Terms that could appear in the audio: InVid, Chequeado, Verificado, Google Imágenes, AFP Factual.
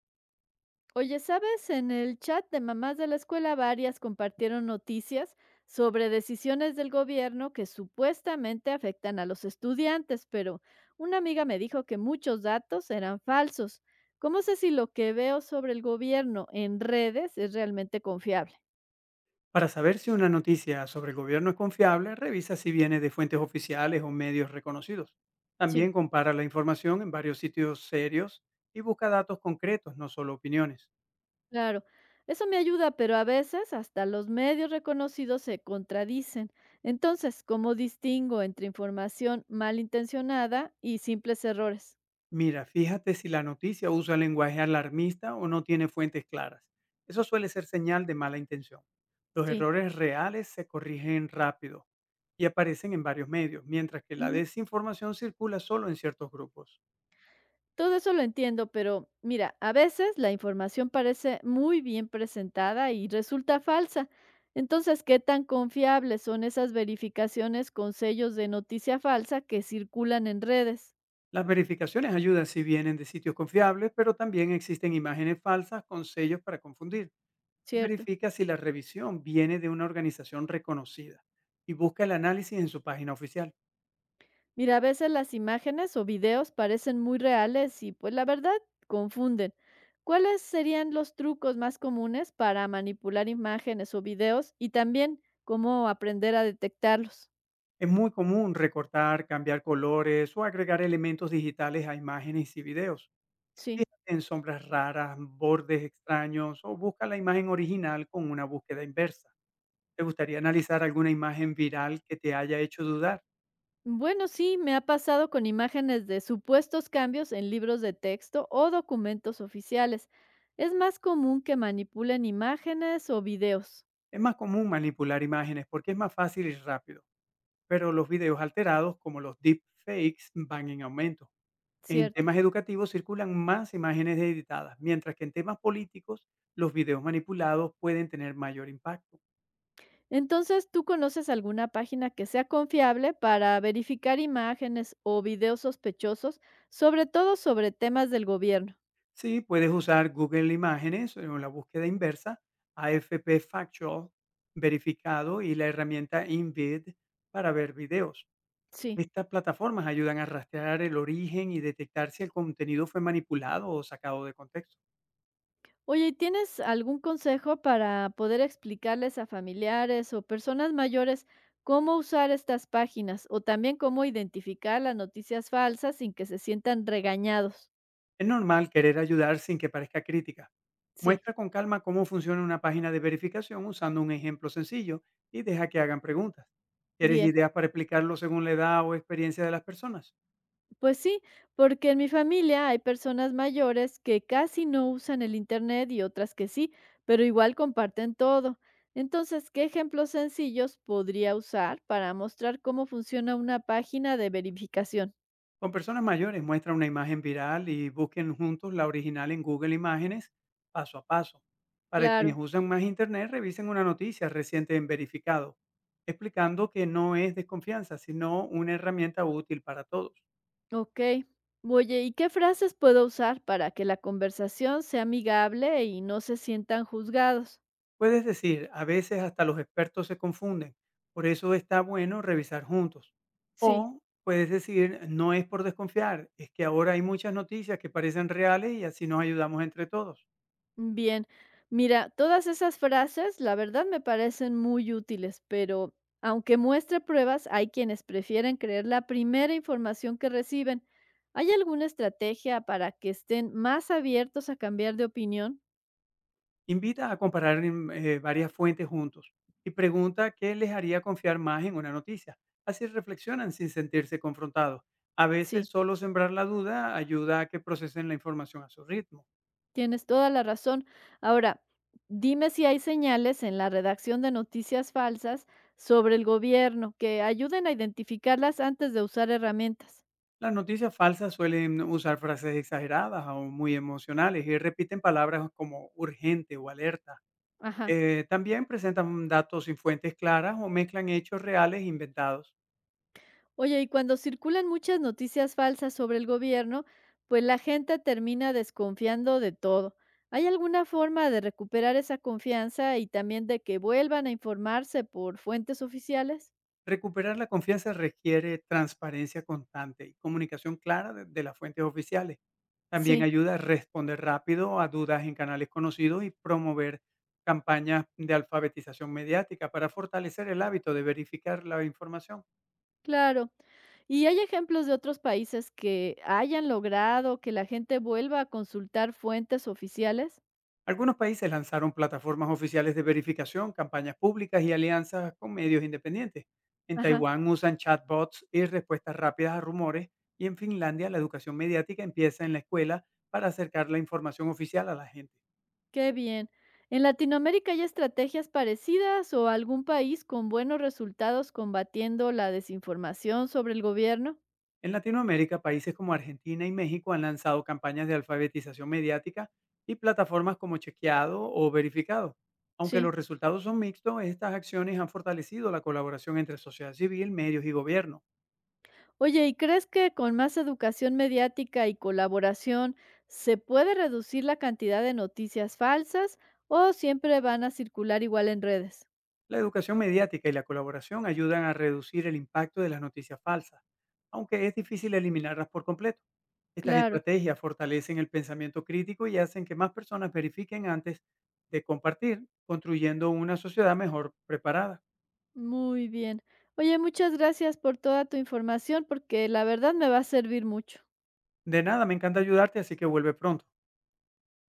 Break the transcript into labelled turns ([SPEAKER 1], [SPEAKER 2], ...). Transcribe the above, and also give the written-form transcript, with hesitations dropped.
[SPEAKER 1] Oye, ¿sabes? En el chat de mamás de la escuela varias compartieron noticias sobre decisiones del gobierno que supuestamente afectan a los estudiantes, pero una amiga me dijo que muchos datos eran falsos. ¿Cómo sé si lo que veo sobre el gobierno en redes es realmente confiable?
[SPEAKER 2] Para saber si una noticia sobre el gobierno es confiable, revisa si viene de fuentes oficiales o medios reconocidos.
[SPEAKER 1] Sí.
[SPEAKER 2] También compara la información en varios sitios serios y busca datos concretos, no solo opiniones.
[SPEAKER 1] Claro, eso me ayuda, pero a veces hasta los medios reconocidos se contradicen. Entonces, ¿cómo distingo entre información malintencionada y simples errores?
[SPEAKER 2] Mira, fíjate si la noticia usa lenguaje alarmista o no tiene fuentes claras. Eso suele ser señal de mala intención. Los
[SPEAKER 1] Sí.
[SPEAKER 2] errores reales se corrigen rápido y aparecen en varios medios, mientras que la
[SPEAKER 1] Ujú.
[SPEAKER 2] desinformación circula solo en ciertos grupos.
[SPEAKER 1] Todo eso lo entiendo, pero mira, a veces la información parece muy bien presentada y resulta falsa. Entonces, ¿qué tan confiables son esas verificaciones con sellos de noticia falsa que circulan en redes?
[SPEAKER 2] Las verificaciones ayudan si vienen de sitios confiables, pero también existen imágenes falsas con sellos para confundir.
[SPEAKER 1] Cierto.
[SPEAKER 2] Verifica si la revisión viene de una organización reconocida y busca el análisis en su página oficial.
[SPEAKER 1] Mira, a veces las imágenes o videos parecen muy reales y pues la verdad confunden. ¿Cuáles serían los trucos más comunes para manipular imágenes o videos y también cómo aprender a detectarlos?
[SPEAKER 2] Es muy común recortar, cambiar colores o agregar elementos digitales a imágenes y videos.
[SPEAKER 1] Sí.
[SPEAKER 2] Fíjate en sombras raras, bordes extraños o busca la imagen original con una búsqueda inversa. ¿Te gustaría analizar alguna imagen viral que te haya hecho dudar?
[SPEAKER 1] Bueno, sí, me ha pasado con imágenes de supuestos cambios en libros de texto o documentos oficiales. Es más común que manipulen imágenes o videos,
[SPEAKER 2] Es más común manipular imágenes porque es más fácil y rápido pero los videos alterados, como los deepfakes, van en aumento. En
[SPEAKER 1] ¿cierto?
[SPEAKER 2] temas educativos circulan más imágenes editadas, mientras que en temas políticos los videos manipulados pueden tener mayor impacto.
[SPEAKER 1] Entonces, ¿tú conoces alguna página que sea confiable para verificar imágenes o videos sospechosos, sobre todo sobre temas del gobierno?
[SPEAKER 2] Sí, puedes usar Google Imágenes o la búsqueda inversa, AFP Factual verificado y la herramienta InVid para ver videos.
[SPEAKER 1] Sí.
[SPEAKER 2] Estas plataformas ayudan a rastrear el origen y detectar si el contenido fue manipulado o sacado de contexto.
[SPEAKER 1] Oye, ¿y tienes algún consejo para poder explicarles a familiares o personas mayores cómo usar estas páginas o también cómo identificar las noticias falsas sin que se sientan regañados?
[SPEAKER 2] Es normal querer ayudar sin que parezca crítica.
[SPEAKER 1] Sí,
[SPEAKER 2] Muestra con calma cómo funciona una página de verificación usando un ejemplo sencillo y deja que hagan preguntas. ¿Quieres
[SPEAKER 1] bien.
[SPEAKER 2] ideas para explicarlo según la edad o experiencia de las personas?
[SPEAKER 1] Pues sí, porque en mi familia hay personas mayores que casi no usan el Internet y otras que sí, pero igual comparten todo. Entonces, ¿qué ejemplos sencillos podría usar para mostrar cómo funciona una página de verificación?
[SPEAKER 2] Con personas mayores muestra una imagen viral y busquen juntos la original en Google Imágenes paso a paso. Para quienes
[SPEAKER 1] Claro.
[SPEAKER 2] usan más Internet, revisen una noticia reciente en verificado, explicando que no es desconfianza, sino una herramienta útil para todos.
[SPEAKER 1] Ok. Oye, ¿y qué frases puedo usar para que la conversación sea amigable y no se sientan juzgados?
[SPEAKER 2] Puedes decir, a veces hasta los expertos se confunden, por eso está bueno revisar juntos.
[SPEAKER 1] Sí,
[SPEAKER 2] O puedes decir, no es por desconfiar, es que ahora hay muchas noticias que parecen reales y así nos ayudamos entre todos.
[SPEAKER 1] bien. Mira, todas esas frases, la verdad me parecen muy útiles, pero aunque muestre pruebas, hay quienes prefieren creer la primera información que reciben. ¿Hay alguna estrategia para que estén más abiertos a cambiar de opinión?
[SPEAKER 2] Invita a comparar varias fuentes juntos y pregunta qué les haría confiar más en una noticia. Así reflexionan sin sentirse confrontados. A veces
[SPEAKER 1] Sí.
[SPEAKER 2] solo sembrar la duda ayuda a que procesen la información a su ritmo.
[SPEAKER 1] Tienes toda la razón. Ahora, dime si hay señales en la redacción de noticias falsas sobre el gobierno que ayuden a identificarlas antes de usar herramientas.
[SPEAKER 2] Las noticias falsas suelen usar frases exageradas o muy emocionales y repiten palabras como urgente o alerta.
[SPEAKER 1] Ajá.
[SPEAKER 2] También presentan datos sin fuentes claras o mezclan hechos reales e inventados.
[SPEAKER 1] Oye, y cuando circulan muchas noticias falsas sobre el gobierno, pues la gente termina desconfiando de todo. ¿Hay alguna forma de recuperar esa confianza y también de que vuelvan a informarse por fuentes oficiales?
[SPEAKER 2] Recuperar la confianza requiere transparencia constante y comunicación clara de las fuentes oficiales. También
[SPEAKER 1] Sí.
[SPEAKER 2] ayuda a responder rápido a dudas en canales conocidos y promover campañas de alfabetización mediática para fortalecer el hábito de verificar la información.
[SPEAKER 1] Claro. ¿Y hay ejemplos de otros países que hayan logrado que la gente vuelva a consultar fuentes oficiales?
[SPEAKER 2] Algunos países lanzaron plataformas oficiales de verificación, campañas públicas y alianzas con medios independientes. En
[SPEAKER 1] Ajá,
[SPEAKER 2] Taiwán usan chatbots y respuestas rápidas a rumores y en Finlandia la educación mediática empieza en la escuela para acercar la información oficial a la gente.
[SPEAKER 1] qué bien. ¿En Latinoamérica hay estrategias parecidas o algún país con buenos resultados combatiendo la desinformación sobre el gobierno?
[SPEAKER 2] En Latinoamérica, países como Argentina y México han lanzado campañas de alfabetización mediática y plataformas como Chequeado o Verificado. Aunque
[SPEAKER 1] Sí.
[SPEAKER 2] los resultados son mixtos, estas acciones han fortalecido la colaboración entre sociedad civil, medios y gobierno.
[SPEAKER 1] Oye, ¿y crees que con más educación mediática y colaboración se puede reducir la cantidad de noticias falsas o siempre van a circular igual en redes?
[SPEAKER 2] La educación mediática y la colaboración ayudan a reducir el impacto de las noticias falsas, aunque es difícil eliminarlas por completo. Estas
[SPEAKER 1] Claro.
[SPEAKER 2] estrategias fortalecen el pensamiento crítico y hacen que más personas verifiquen antes de compartir, construyendo una sociedad mejor preparada.
[SPEAKER 1] Muy bien. Oye, muchas gracias por toda tu información, porque la verdad me va a servir mucho.
[SPEAKER 2] De nada, me encanta ayudarte, así que vuelve pronto.